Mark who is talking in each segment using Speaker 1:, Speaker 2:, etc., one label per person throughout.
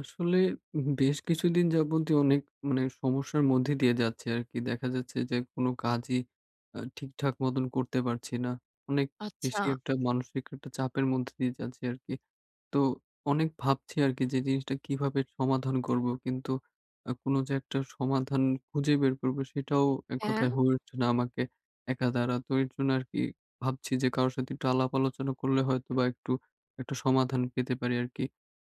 Speaker 1: আসলে, বেশ কিছুদিন যাবতই অনেক মানে সমস্যার মধ্যে দিয়ে যাচ্ছি আরকি। দেখা যাচ্ছে যে কোনো কাজই ঠিকঠাক মতন করতে পারছি না। অনেক
Speaker 2: আচ্ছা,
Speaker 1: বেশি একটা মানসিক একটা চাপের মধ্যে দিয়ে যাচ্ছি আরকি। তো অনেক ভাবছি আরকি যে জিনিসটা কিভাবে সমাধান করব। কিন্তু কোন যে একটা সমাধান খুঁজে বের করব সেটাও এক
Speaker 2: হ্যাঁ,
Speaker 1: কথায় হয়ে উঠছে না আমাকে একা দ্বারা। তো এর জন্য আরকি ভাবছি যে কারো সাথে একটু আলাপ আলোচনা করলে হয়তোবা একটু একটা সমাধান পেতে পারি আরকি।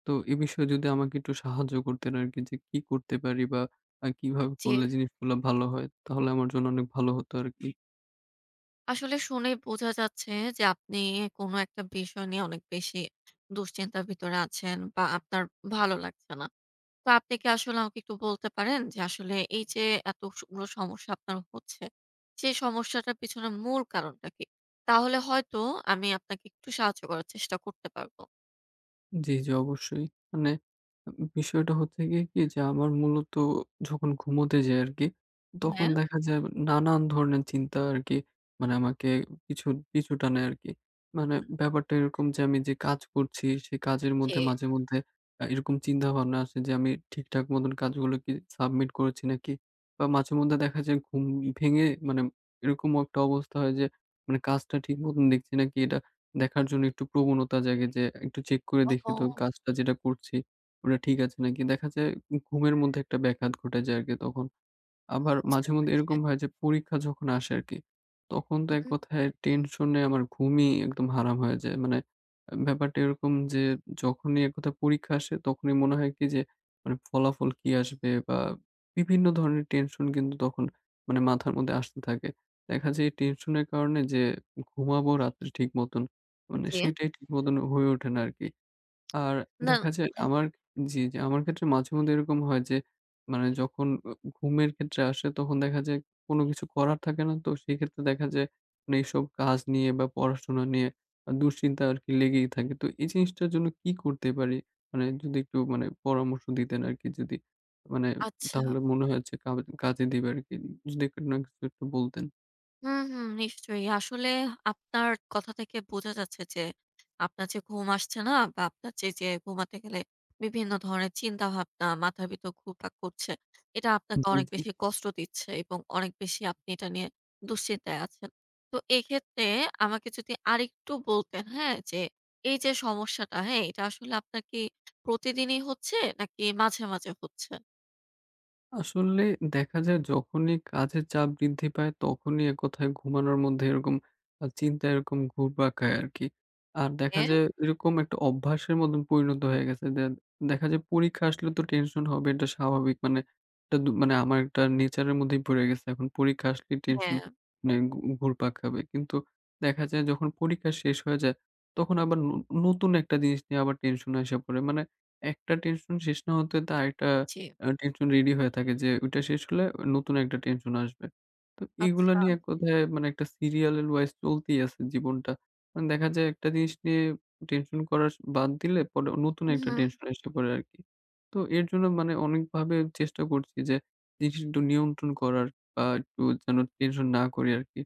Speaker 1: তো এ বিষয়ে যদি আমাকে একটু সাহায্য করতেন আরকি, যে কি করতে পারি বা কিভাবে
Speaker 2: জি।
Speaker 1: করলে জিনিসগুলা ভালো হয়, তাহলে আমার জন্য অনেক ভালো হতো আরকি।
Speaker 2: আসলে শুনে বোঝা যাচ্ছে যে আপনি কোনো একটা বিষয় নিয়ে অনেক বেশি দুশ্চিন্তার ভিতরে আছেন বা আপনার ভালো লাগছে না। তো আপনি কি আসলে আমাকে একটু বলতে পারেন যে আসলে এই যে এতগুলো সমস্যা আপনার হচ্ছে, সেই সমস্যাটার পিছনে মূল কারণটা কি? তাহলে হয়তো আমি আপনাকে একটু সাহায্য করার চেষ্টা করতে পারবো।
Speaker 1: জি, জি, অবশ্যই। মানে বিষয়টা হচ্ছে গিয়ে কি যে আমার মূলত যখন ঘুমোতে যাই আরকি, তখন
Speaker 2: হ্যাঁ,
Speaker 1: দেখা যায় নানান ধরনের চিন্তা আরকি, মানে আমাকে পিছু, পিছু টানে আরকি। মানে ব্যাপারটা এরকম যে আমি যে কাজ করছি সেই কাজের
Speaker 2: জি।
Speaker 1: মধ্যে মাঝে মধ্যে এরকম চিন্তাভাবনা আসে যে আমি ঠিকঠাক মতন কাজগুলো কি সাবমিট করেছি নাকি? বা মাঝে মধ্যে দেখা যায় ঘুম ভেঙে, মানে এরকম একটা অবস্থা হয় যে, মানে কাজটা ঠিক মতন দেখছি নাকি এটা দেখার জন্য একটু প্রবণতা জাগে, যে একটু চেক করে দেখি তো
Speaker 2: ওহো!
Speaker 1: কাজটা যেটা করছি ওটা ঠিক আছে নাকি। দেখা যায় ঘুমের মধ্যে একটা ব্যাঘাত ঘটে যায় আরকি তখন। আবার
Speaker 2: বুঝতে
Speaker 1: মাঝেমধ্যে
Speaker 2: পারছি।
Speaker 1: এরকম হয় যে পরীক্ষা যখন আসে আরকি, তখন তো এক
Speaker 2: হুম,
Speaker 1: কথায় টেনশনে আমার ঘুমই একদম হারাম হয়ে যায়। মানে ব্যাপারটা এরকম যে যখনই এক কথায় পরীক্ষা আসে তখনই মনে হয় কি যে, মানে ফলাফল কি আসবে বা বিভিন্ন ধরনের টেনশন কিন্তু তখন মানে মাথার মধ্যে আসতে থাকে। দেখা যায় এই টেনশনের কারণে যে ঘুমাবো রাত্রে ঠিক মতন, মানে
Speaker 2: জি।
Speaker 1: সেটাই ঠিক মতন হয়ে ওঠে না আরকি। আর
Speaker 2: না,
Speaker 1: দেখা যায় আমার জি, জি, আমার ক্ষেত্রে মাঝেমধ্যে এরকম হয় যে, মানে যখন ঘুমের ক্ষেত্রে আসে তখন দেখা যায় কোনো কিছু করার থাকে না। তো সেক্ষেত্রে দেখা যায় মানে এইসব কাজ নিয়ে বা পড়াশোনা নিয়ে দুশ্চিন্তা আরকি লেগেই থাকে। তো এই জিনিসটার জন্য কি করতে পারি? মানে যদি একটু মানে পরামর্শ দিতেন আরকি, যদি মানে
Speaker 2: আচ্ছা।
Speaker 1: তাহলে মনে হয় যে কাজে দিবে আরকি। যদি একটু না কিছু একটু বলতেন।
Speaker 2: হুম, হুম, নিশ্চয়ই। আসলে আপনার কথা থেকে বোঝা যাচ্ছে যে আপনার যে ঘুম আসছে না বা আপনার যে ঘুমাতে গেলে বিভিন্ন ধরনের চিন্তাভাবনা মাথার ভিতর ঘুরপাক করছে, এটা আপনাকে
Speaker 1: জি,
Speaker 2: অনেক
Speaker 1: জি।
Speaker 2: বেশি কষ্ট দিচ্ছে এবং অনেক বেশি আপনি এটা নিয়ে দুশ্চিন্তায় আছেন। তো এক্ষেত্রে আমাকে যদি আরেকটু বলতেন, হ্যাঁ? যে এই যে সমস্যাটা, হ্যাঁ? এটা আসলে আপনার কি প্রতিদিনই হচ্ছে নাকি মাঝে, মাঝে হচ্ছে?
Speaker 1: আসলে দেখা যায় যখনই কাজের চাপ বৃদ্ধি পায় তখনই এককথায় ঘুমানোর মধ্যে এরকম চিন্তা এরকম ঘুরপাক খায় আরকি। আর দেখা
Speaker 2: হ্যাঁ,
Speaker 1: যায় এরকম একটা অভ্যাসের মতন পরিণত হয়ে গেছে। দেখা যায় পরীক্ষা আসলে তো টেনশন হবে এটা স্বাভাবিক। মানে এটা মানে আমার একটা নেচারের মধ্যেই পড়ে গেছে। এখন পরীক্ষা আসলেই টেনশন
Speaker 2: হ্যাঁ,
Speaker 1: মানে ঘুরপাক খাবে। কিন্তু দেখা যায় যখন পরীক্ষা শেষ হয়ে যায় তখন আবার নতুন একটা জিনিস নিয়ে আবার টেনশন আইসা পড়ে। মানে একটা টেনশন শেষ না হতে তা আরেকটা
Speaker 2: জি।
Speaker 1: টেনশন রেডি হয়ে থাকে যে ওইটা শেষ হলে নতুন একটা টেনশন আসবে। তো এগুলা
Speaker 2: আচ্ছা।
Speaker 1: নিয়ে এক কথায় মানে একটা সিরিয়ালের ওয়াইজ চলতেই আছে জীবনটা। মানে দেখা যায় একটা জিনিস নিয়ে টেনশন করা বাদ দিলে পরে নতুন
Speaker 2: হুম,
Speaker 1: একটা
Speaker 2: হুম,
Speaker 1: টেনশন এসে পড়ে আরকি। তো এর জন্য মানে অনেকভাবে চেষ্টা করছি যে জিনিস একটু নিয়ন্ত্রণ করার বা একটু যেন টেনশন না করি আরকি।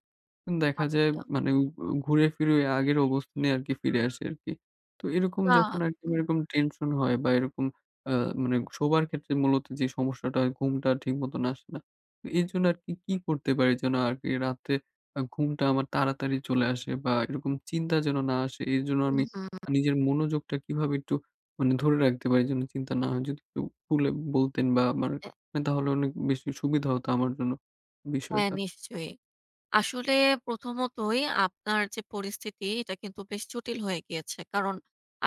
Speaker 1: কিন্তু দেখা যায়
Speaker 2: আচ্ছা।
Speaker 1: মানে ঘুরে ফিরে ওই আগের অবস্থানে আরকি ফিরে আসি আরকি। তো এরকম
Speaker 2: না।
Speaker 1: যখন আরকি এরকম টেনশন হয় বা এরকম আ মানে শোবার ক্ষেত্রে মূলত যে সমস্যাটা হয় ঘুমটা ঠিক মতন আসে না। তো এজন্য আরকি কি কি করতে পারি যেন আরকি রাতে ঘুমটা আমার তাড়াতাড়ি চলে আসে বা এরকম চিন্তা যেন না আসে। এজন্য
Speaker 2: হুম,
Speaker 1: আমি
Speaker 2: হুম।
Speaker 1: নিজের মনোযোগটা কিভাবে একটু মানে ধরে রাখতে পারি যেন চিন্তা না হয়? যদি একটু খুলে বলতেন বা আমার
Speaker 2: অ্যা
Speaker 1: মানে তাহলে অনেক বেশি সুবিধা হতো আমার জন্য
Speaker 2: হ্যাঁ,
Speaker 1: বিষয়টা।
Speaker 2: নিশ্চয়ই। আসলে প্রথমতই আপনার যে পরিস্থিতি এটা কিন্তু বেশ জটিল হয়ে গিয়েছে। কারণ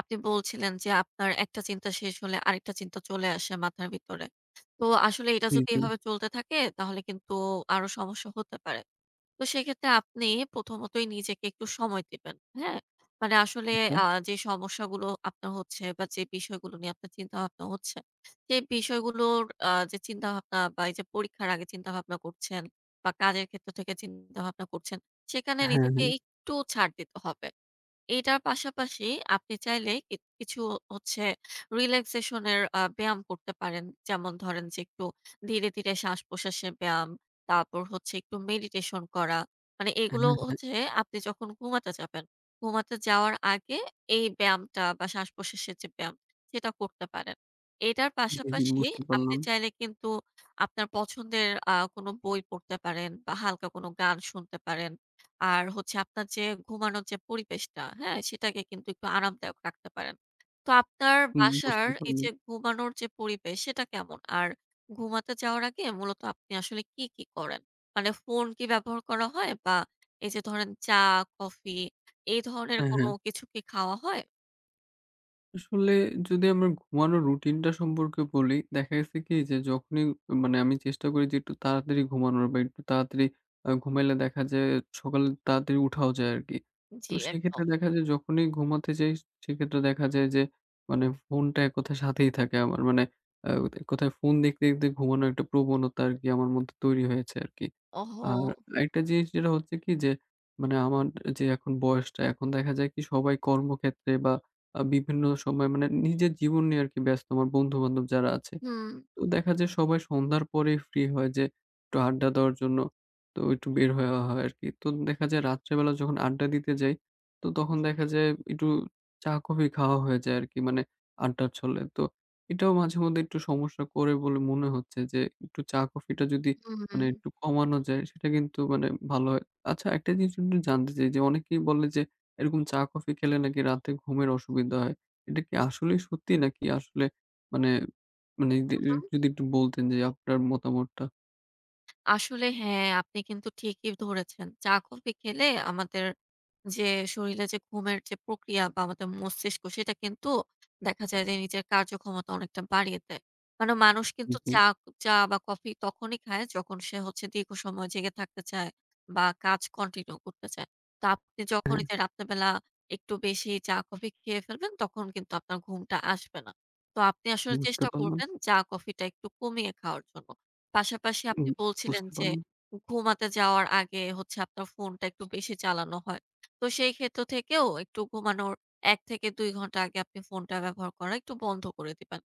Speaker 2: আপনি বলছিলেন যে আপনার একটা চিন্তা শেষ হলে আরেকটা চিন্তা চলে আসে মাথার ভিতরে। তো আসলে এটা
Speaker 1: জি,
Speaker 2: যদি
Speaker 1: জি।
Speaker 2: এভাবে চলতে থাকে তাহলে কিন্তু আরো সমস্যা হতে পারে। তো সেক্ষেত্রে আপনি প্রথমতই নিজেকে একটু সময় দিবেন। হ্যাঁ? মানে আসলে
Speaker 1: আচ্ছা।
Speaker 2: যে সমস্যাগুলো আপনার হচ্ছে বা যে বিষয়গুলো নিয়ে আপনার চিন্তাভাবনা হচ্ছে, সেই বিষয়গুলোর যে চিন্তাভাবনা বা এই যে পরীক্ষার আগে চিন্তাভাবনা করছেন বা কাজের ক্ষেত্র থেকে চিন্তাভাবনা করছেন, সেখানে
Speaker 1: হ্যাঁ,
Speaker 2: নিজেকে
Speaker 1: হ্যাঁ।
Speaker 2: একটু ছাড় দিতে হবে। এটার পাশাপাশি আপনি চাইলে কি কিছু হচ্ছে রিল্যাক্সেশন এর ব্যায়াম করতে পারেন। যেমন ধরেন যে একটু ধীরে, ধীরে শ্বাস-প্রশ্বাসের ব্যায়াম, তারপর হচ্ছে একটু মেডিটেশন করা। মানে
Speaker 1: হ্যাঁ,
Speaker 2: এগুলো
Speaker 1: হ্যাঁ।
Speaker 2: হচ্ছে আপনি যখন ঘুমাতে যাবেন, ঘুমাতে যাওয়ার আগে এই ব্যায়ামটা বা শ্বাস-প্রশ্বাসের যে ব্যায়াম সেটা করতে পারেন। এটার
Speaker 1: জি, জি,
Speaker 2: পাশাপাশি
Speaker 1: বুঝতে
Speaker 2: আপনি
Speaker 1: পারলাম।
Speaker 2: চাইলে কিন্তু আপনার পছন্দের কোনো বই পড়তে পারেন বা হালকা কোনো গান শুনতে পারেন। আর হচ্ছে আপনার যে ঘুমানোর যে পরিবেশটা, হ্যাঁ? সেটাকে কিন্তু একটু আরামদায়ক রাখতে পারেন। তো আপনার
Speaker 1: হুম,
Speaker 2: বাসার
Speaker 1: বুঝতে
Speaker 2: এই
Speaker 1: পারলাম।
Speaker 2: যে ঘুমানোর যে পরিবেশ সেটা কেমন? আর ঘুমাতে যাওয়ার আগে মূলত আপনি আসলে কি, কি করেন? মানে ফোন কি ব্যবহার করা হয়? বা এই যে ধরেন চা, কফি এই ধরনের
Speaker 1: হ্যাঁ,
Speaker 2: কোনো
Speaker 1: হ্যাঁ।
Speaker 2: কিছু কি খাওয়া হয়?
Speaker 1: আসলে, যদি আমার ঘুমানোর রুটিনটা সম্পর্কে বলি, দেখা গেছে কি যে যখনই মানে আমি চেষ্টা করি যে একটু তাড়াতাড়ি ঘুমানোর বা একটু তাড়াতাড়ি ঘুমাইলে দেখা যায় সকালে তাড়াতাড়ি উঠাও যায় আরকি। তো
Speaker 2: জি, একদম।
Speaker 1: সেক্ষেত্রে দেখা যায় যখনই ঘুমাতে যাই সেক্ষেত্রে দেখা যায় যে, মানে ফোনটা এক কথায় সাথেই থাকে আমার। মানে আ এক কথায় ফোন দেখতে, দেখতে ঘুমানোর একটা প্রবণতা আরকি আমার মধ্যে তৈরি হয়েছে আরকি।
Speaker 2: ওহো!
Speaker 1: আর একটা জিনিস যেটা হচ্ছে কি যে, মানে আমার যে এখন বয়সটা, এখন দেখা যায় কি সবাই কর্মক্ষেত্রে বা বিভিন্ন সময় মানে নিজের জীবন নিয়ে আরকি ব্যস্ত আমার বন্ধু-বান্ধব যারা আছে।
Speaker 2: হুম।
Speaker 1: তো দেখা যায় সবাই সন্ধ্যার পরেই ফ্রি হয় যে একটু আড্ডা দেওয়ার জন্য। তো একটু বের হওয়া হয় আরকি। তো দেখা যায় রাত্রেবেলা যখন আড্ডা দিতে যাই, তো তখন
Speaker 2: জি।
Speaker 1: দেখা যায় একটু চা-কফি খাওয়া হয়ে যায় আরকি, মানে আড্ডার ছলে। তো এটাও মাঝে-মধ্যে একটু সমস্যা করে বলে মনে হচ্ছে যে একটু চা-কফিটা যদি
Speaker 2: হুম, হুম।
Speaker 1: মানে একটু কমানো যায়, সেটা কিন্তু মানে ভালো হয়। আচ্ছা, একটা জিনিস একটু জানতে চাই যে অনেকেই বলে যে এরকম চা-কফি খেলে নাকি রাতে ঘুমের অসুবিধা হয়। এটা কি আসলেই সত্যি নাকি আসলে মানে মানে এদের, যদি একটু বলতেন যে আপনার মতামতটা?
Speaker 2: আসলে হ্যাঁ, আপনি কিন্তু ঠিকই ধরেছেন। চা কফি খেলে আমাদের যে শরীরে যে ঘুমের যে প্রক্রিয়া বা আমাদের মস্তিষ্ক সেটা কিন্তু দেখা যায় যে নিজের কার্যক্ষমতা অনেকটা বাড়িয়ে দেয়। মানে মানুষ কিন্তু
Speaker 1: জি।
Speaker 2: চা চা বা কফি তখনই খায় যখন সে হচ্ছে দীর্ঘ সময় জেগে থাকতে চায় বা কাজ কন্টিনিউ করতে চায়। তো আপনি যখন
Speaker 1: হ্যাঁ,
Speaker 2: এই যে রাতের বেলা একটু বেশি চা কফি খেয়ে ফেলবেন তখন কিন্তু আপনার ঘুমটা আসবে না। তো আপনি আসলে
Speaker 1: বুঝতে
Speaker 2: চেষ্টা
Speaker 1: পারলাম।
Speaker 2: করবেন চা কফিটা একটু কমিয়ে খাওয়ার জন্য। পাশাপাশি
Speaker 1: উম
Speaker 2: আপনি বলছিলেন
Speaker 1: বুঝতে
Speaker 2: যে
Speaker 1: পারলাম,
Speaker 2: ঘুমাতে যাওয়ার আগে হচ্ছে আপনার ফোনটা একটু বেশি চালানো হয়। তো সেই ক্ষেত্র থেকেও একটু ঘুমানোর ১ থেকে ২ ঘন্টা আগে আপনি ফোনটা ব্যবহার করা একটু বন্ধ করে দিবেন।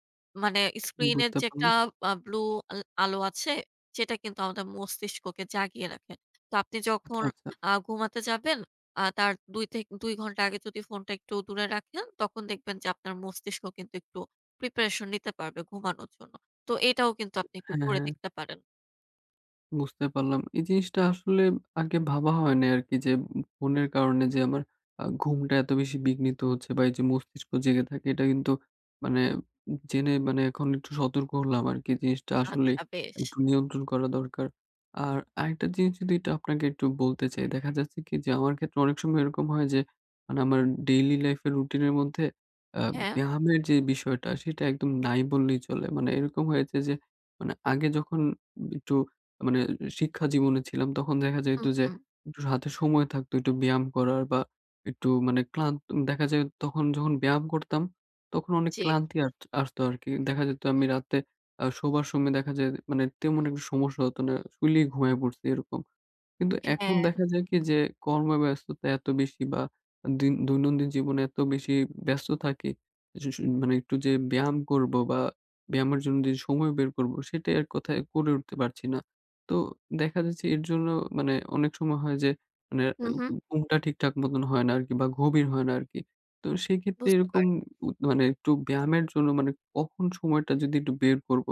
Speaker 2: মানে স্ক্রিনের
Speaker 1: বুঝতে
Speaker 2: যে একটা
Speaker 1: পারলাম।
Speaker 2: ব্লু আলো আছে, সেটা কিন্তু আমাদের মস্তিষ্ককে জাগিয়ে রাখে। তো আপনি যখন
Speaker 1: আচ্ছা, আচ্ছা।
Speaker 2: ঘুমাতে যাবেন, তার ২ থেকে ২ ঘন্টা আগে যদি ফোনটা একটু দূরে রাখেন, তখন দেখবেন যে আপনার মস্তিষ্ক কিন্তু একটু প্রিপারেশন নিতে পারবে ঘুমানোর জন্য। তো এটাও কিন্তু আপনি একটু
Speaker 1: হ্যাঁ,
Speaker 2: করে
Speaker 1: হ্যাঁ।
Speaker 2: দেখতে পারেন।
Speaker 1: বুঝতে পারলাম। এই জিনিসটা আসলে আগে ভাবা হয় নাই আরকি যে ফোনের কারণে যে আমার ঘুমটা এত বেশি বিঘ্নিত হচ্ছে বা এই যে মস্তিষ্ক জেগে থাকে এটা কিন্তু মানে জেনে মানে এখন একটু সতর্ক হলাম আরকি। জিনিসটা আসলেই
Speaker 2: আচ্ছা বেশ।
Speaker 1: একটু নিয়ন্ত্রণ করা দরকার। আর আরেকটা জিনিস যদি এটা আপনাকে একটু বলতে চাই। দেখা যাচ্ছে কি যে আমার ক্ষেত্রে অনেক সময় এরকম হয় যে মানে আমার ডেইলি লাইফ এর রুটিন এর মধ্যে আ
Speaker 2: হ্যাঁ।
Speaker 1: ব্যায়ামের যে বিষয়টা সেটা একদম নাই বললেই চলে। মানে এরকম হয়েছে যে মানে আগে যখন একটু মানে শিক্ষা জীবনে ছিলাম তখন দেখা যাইত
Speaker 2: হুম,
Speaker 1: যে
Speaker 2: হুম।
Speaker 1: একটু হাতে সময় থাকতো একটু ব্যায়াম করার বা একটু মানে ক্লান্ত, দেখা যায় তখন যখন ব্যায়াম করতাম তখন অনেক
Speaker 2: জি।
Speaker 1: ক্লান্তি আসতো আরকি। দেখা যেত আমি রাতে শোবার সময় দেখা যায় মানে তেমন একটা সমস্যা হতো না। শুইলেই ঘুমায় পড়ছি এরকম। কিন্তু এখন
Speaker 2: হ্যাঁ।
Speaker 1: দেখা যায় কি যে কর্মব্যস্ততা এত বেশি বা দিন দৈনন্দিন জীবনে এত বেশি ব্যস্ত থাকি যে মানে একটু যে ব্যায়াম করব বা ব্যায়ামের জন্য যে সময় বের করব সেটাই আর কোথায় করে উঠতে পারছি না। তো দেখা যাচ্ছে এর জন্য মানে অনেক সময় হয় যে মানে
Speaker 2: হুম, হুম।
Speaker 1: ঘুমটা ঠিকঠাক মতন হয় না আরকি বা গভীর হয় না আরকি। তো সেক্ষেত্রে
Speaker 2: বুঝতে
Speaker 1: এরকম
Speaker 2: পারছি।
Speaker 1: মানে একটু ব্যায়ামের জন্য মানে কখন সময়টা যদি একটু বের করব,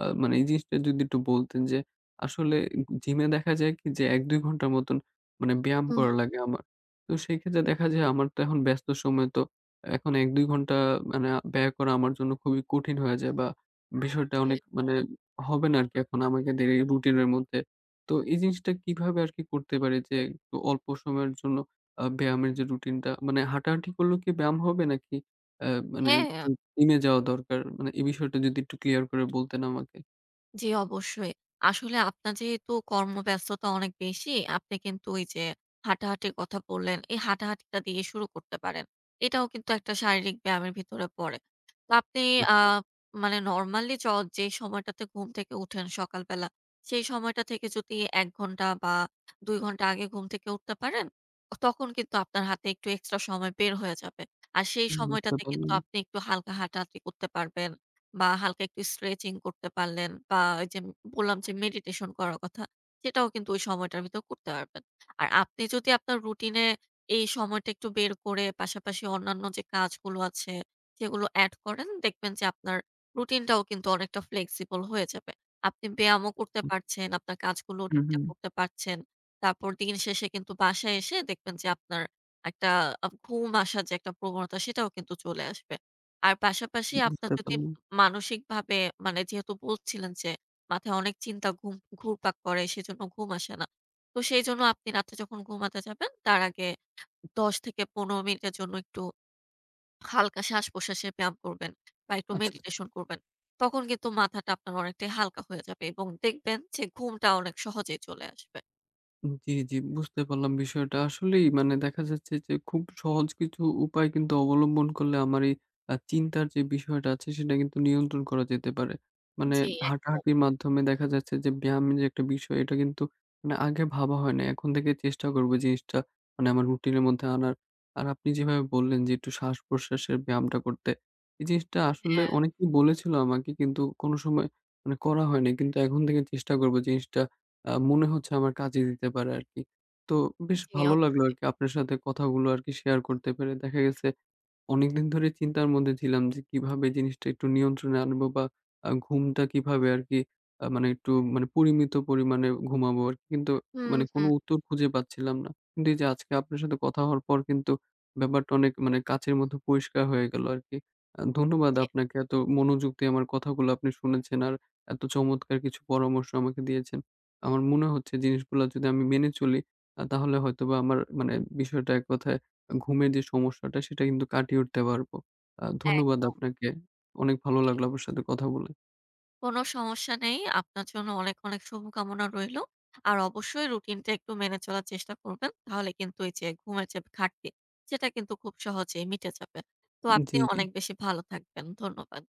Speaker 1: মানে এই জিনিসটা যদি একটু বলতেন যে আসলে জিমে দেখা যায় কি যে ১-২ ঘন্টার মতন মানে ব্যায়াম
Speaker 2: হুম।
Speaker 1: করা লাগে আমার। তো সেই ক্ষেত্রে দেখা যায় আমার তো এখন ব্যস্ত সময়, তো এখন ১-২ ঘন্টা মানে ব্যয় করা আমার জন্য খুবই কঠিন হয়ে যায় বা বিষয়টা
Speaker 2: জি।
Speaker 1: অনেক মানে হবে না আরকি এখন আমাকে দের এই রুটিনের মধ্যে। তো এই জিনিসটা কিভাবে আরকি করতে পারি যে একটু অল্প সময়ের জন্য ব্যায়ামের যে রুটিনটা, মানে হাঁটাহাঁটি করলেও কি ব্যায়াম হবে নাকি আ মানে একটু
Speaker 2: হ্যাঁ।
Speaker 1: জিমে যাওয়া দরকার? মানে এই বিষয়টা যদি একটু ক্লিয়ার করে বলতেন আমাকে।
Speaker 2: জি, অবশ্যই। আসলে আপনার যেহেতু কর্মব্যস্ততা অনেক বেশি, আপনি কিন্তু ওই যে হাঁটাহাঁটির কথা বললেন, এই হাঁটাহাঁটিটা দিয়ে শুরু করতে পারেন। এটাও কিন্তু একটা শারীরিক ব্যায়ামের ভিতরে পড়ে। তো আপনি আ
Speaker 1: আচ্ছা।
Speaker 2: মানে নরমালি যে সময়টাতে ঘুম থেকে উঠেন সকালবেলা, সেই সময়টা থেকে যদি ১ ঘন্টা বা ২ ঘন্টা আগে ঘুম থেকে উঠতে পারেন, তখন কিন্তু আপনার হাতে একটু এক্সট্রা সময় বের হয়ে যাবে। আর সেই
Speaker 1: বুঝতে
Speaker 2: সময়টাতে কিন্তু
Speaker 1: পারলাম।
Speaker 2: আপনি একটু হালকা হাঁটাহাঁটি করতে পারবেন। বা হালকা একটু স্ট্রেচিং করতে পারলেন বা ওই যে বললাম যে মেডিটেশন করার কথা, সেটাও কিন্তু ওই সময়টার ভিতর করতে পারবেন। আর আপনি যদি আপনার রুটিনে এই সময়টা একটু বের করে পাশাপাশি অন্যান্য যে কাজগুলো আছে সেগুলো এড করেন, দেখবেন যে আপনার রুটিনটাও কিন্তু অনেকটা ফ্লেক্সিবল হয়ে যাবে। আপনি ব্যায়ামও করতে পারছেন, আপনার কাজগুলো
Speaker 1: হুম, হুম।
Speaker 2: ঠিকঠাক করতে পারছেন। তারপর দিন শেষে কিন্তু বাসায় এসে দেখবেন যে আপনার একটা ঘুম আসার যে একটা প্রবণতা সেটাও কিন্তু চলে আসবে। আর পাশাপাশি আপনার
Speaker 1: বুঝতে
Speaker 2: যদি
Speaker 1: পারলাম।
Speaker 2: মানসিকভাবে মানে যেহেতু বলছিলেন যে মাথায় অনেক চিন্তা ঘুম ঘুরপাক করে সেজন্য ঘুম আসে না। তো সেইজন্য আপনি রাতে যখন ঘুমাতে যাবেন তার আগে ১০ থেকে ১৫ মিনিটের জন্য একটু হালকা শ্বাস-প্রশ্বাসের ব্যায়াম করবেন বা একটু
Speaker 1: আচ্ছা, আচ্ছা।
Speaker 2: মেডিটেশন করবেন। তখন কিন্তু মাথাটা আপনার অনেকটাই হালকা হয়ে যাবে এবং দেখবেন যে ঘুমটা অনেক সহজেই চলে আসবে।
Speaker 1: জি, জি, বুঝতে পারলাম বিষয়টা। আসলেই মানে দেখা যাচ্ছে যে খুব সহজ কিছু উপায় কিন্তু অবলম্বন করলে আমার এই চিন্তার যে বিষয়টা আছে সেটা কিন্তু নিয়ন্ত্রণ করা যেতে পারে। মানে
Speaker 2: জি একদম।
Speaker 1: হাঁটাহাঁটির মাধ্যমে দেখা যাচ্ছে যে ব্যায়ামের যে একটা বিষয় এটা কিন্তু মানে আগে ভাবা হয় নাই। এখন থেকে চেষ্টা করব জিনিসটা মানে আমার রুটিনের মধ্যে আনার। আর আপনি যেভাবে বললেন যে একটু শ্বাস-প্রশ্বাসের ব্যায়ামটা করতে। এই জিনিসটা আসলে
Speaker 2: হ্যাঁ,
Speaker 1: অনেকেই বলেছিল আমাকে কিন্তু কোনো সময় মানে করা হয়নি। কিন্তু এখন থেকে চেষ্টা করব জিনিসটা মনে হচ্ছে আমার কাজে দিতে পারে আরকি। তো বেশ
Speaker 2: জি
Speaker 1: ভালো লাগলো
Speaker 2: অবশ্যই।
Speaker 1: আরকি আপনার সাথে কথাগুলো আরকি শেয়ার করতে পেরে। দেখা গেছে অনেকদিন ধরে চিন্তার মধ্যে ছিলাম যে কিভাবে জিনিসটা একটু নিয়ন্ত্রণে আনবো বা ঘুমটা কিভাবে আরকি মানে একটু মানে পরিমিত পরিমাণে ঘুমাবো আরকি। কিন্তু
Speaker 2: হুম,
Speaker 1: মানে কোনো
Speaker 2: হুম।
Speaker 1: উত্তর খুঁজে পাচ্ছিলাম না। কিন্তু এই যে আজকে আপনার সাথে কথা হওয়ার পর কিন্তু ব্যাপারটা অনেক মানে কাঁচের মতো পরিষ্কার হয়ে গেল আরকি। ধন্যবাদ
Speaker 2: জি,
Speaker 1: আপনাকে, এত মনোযোগ দিয়ে আমার কথাগুলো আপনি শুনেছেন আর এত চমৎকার কিছু পরামর্শ আমাকে দিয়েছেন। আমার মনে হচ্ছে জিনিসগুলা যদি আমি মেনে চলি তাহলে হয়তোবা আমার মানে বিষয়টা এক কথায় ঘুমের যে সমস্যাটা সেটা কিন্তু কাটিয়ে উঠতে পারবো। ধন্যবাদ
Speaker 2: একদম।
Speaker 1: আপনাকে। অনেক ভালো লাগলো আপনার সাথে কথা বলে।
Speaker 2: কোনো সমস্যা নেই। আপনার জন্য অনেক, অনেক শুভকামনা রইলো। আর অবশ্যই রুটিনটা একটু মেনে চলার চেষ্টা করবেন। তাহলে কিন্তু এই যে ঘুমের যে ঘাটতি, সেটা কিন্তু খুব সহজেই মিটে যাবে। তো আপনি
Speaker 1: জি, জি।
Speaker 2: অনেক বেশি ভালো থাকবেন। ধন্যবাদ।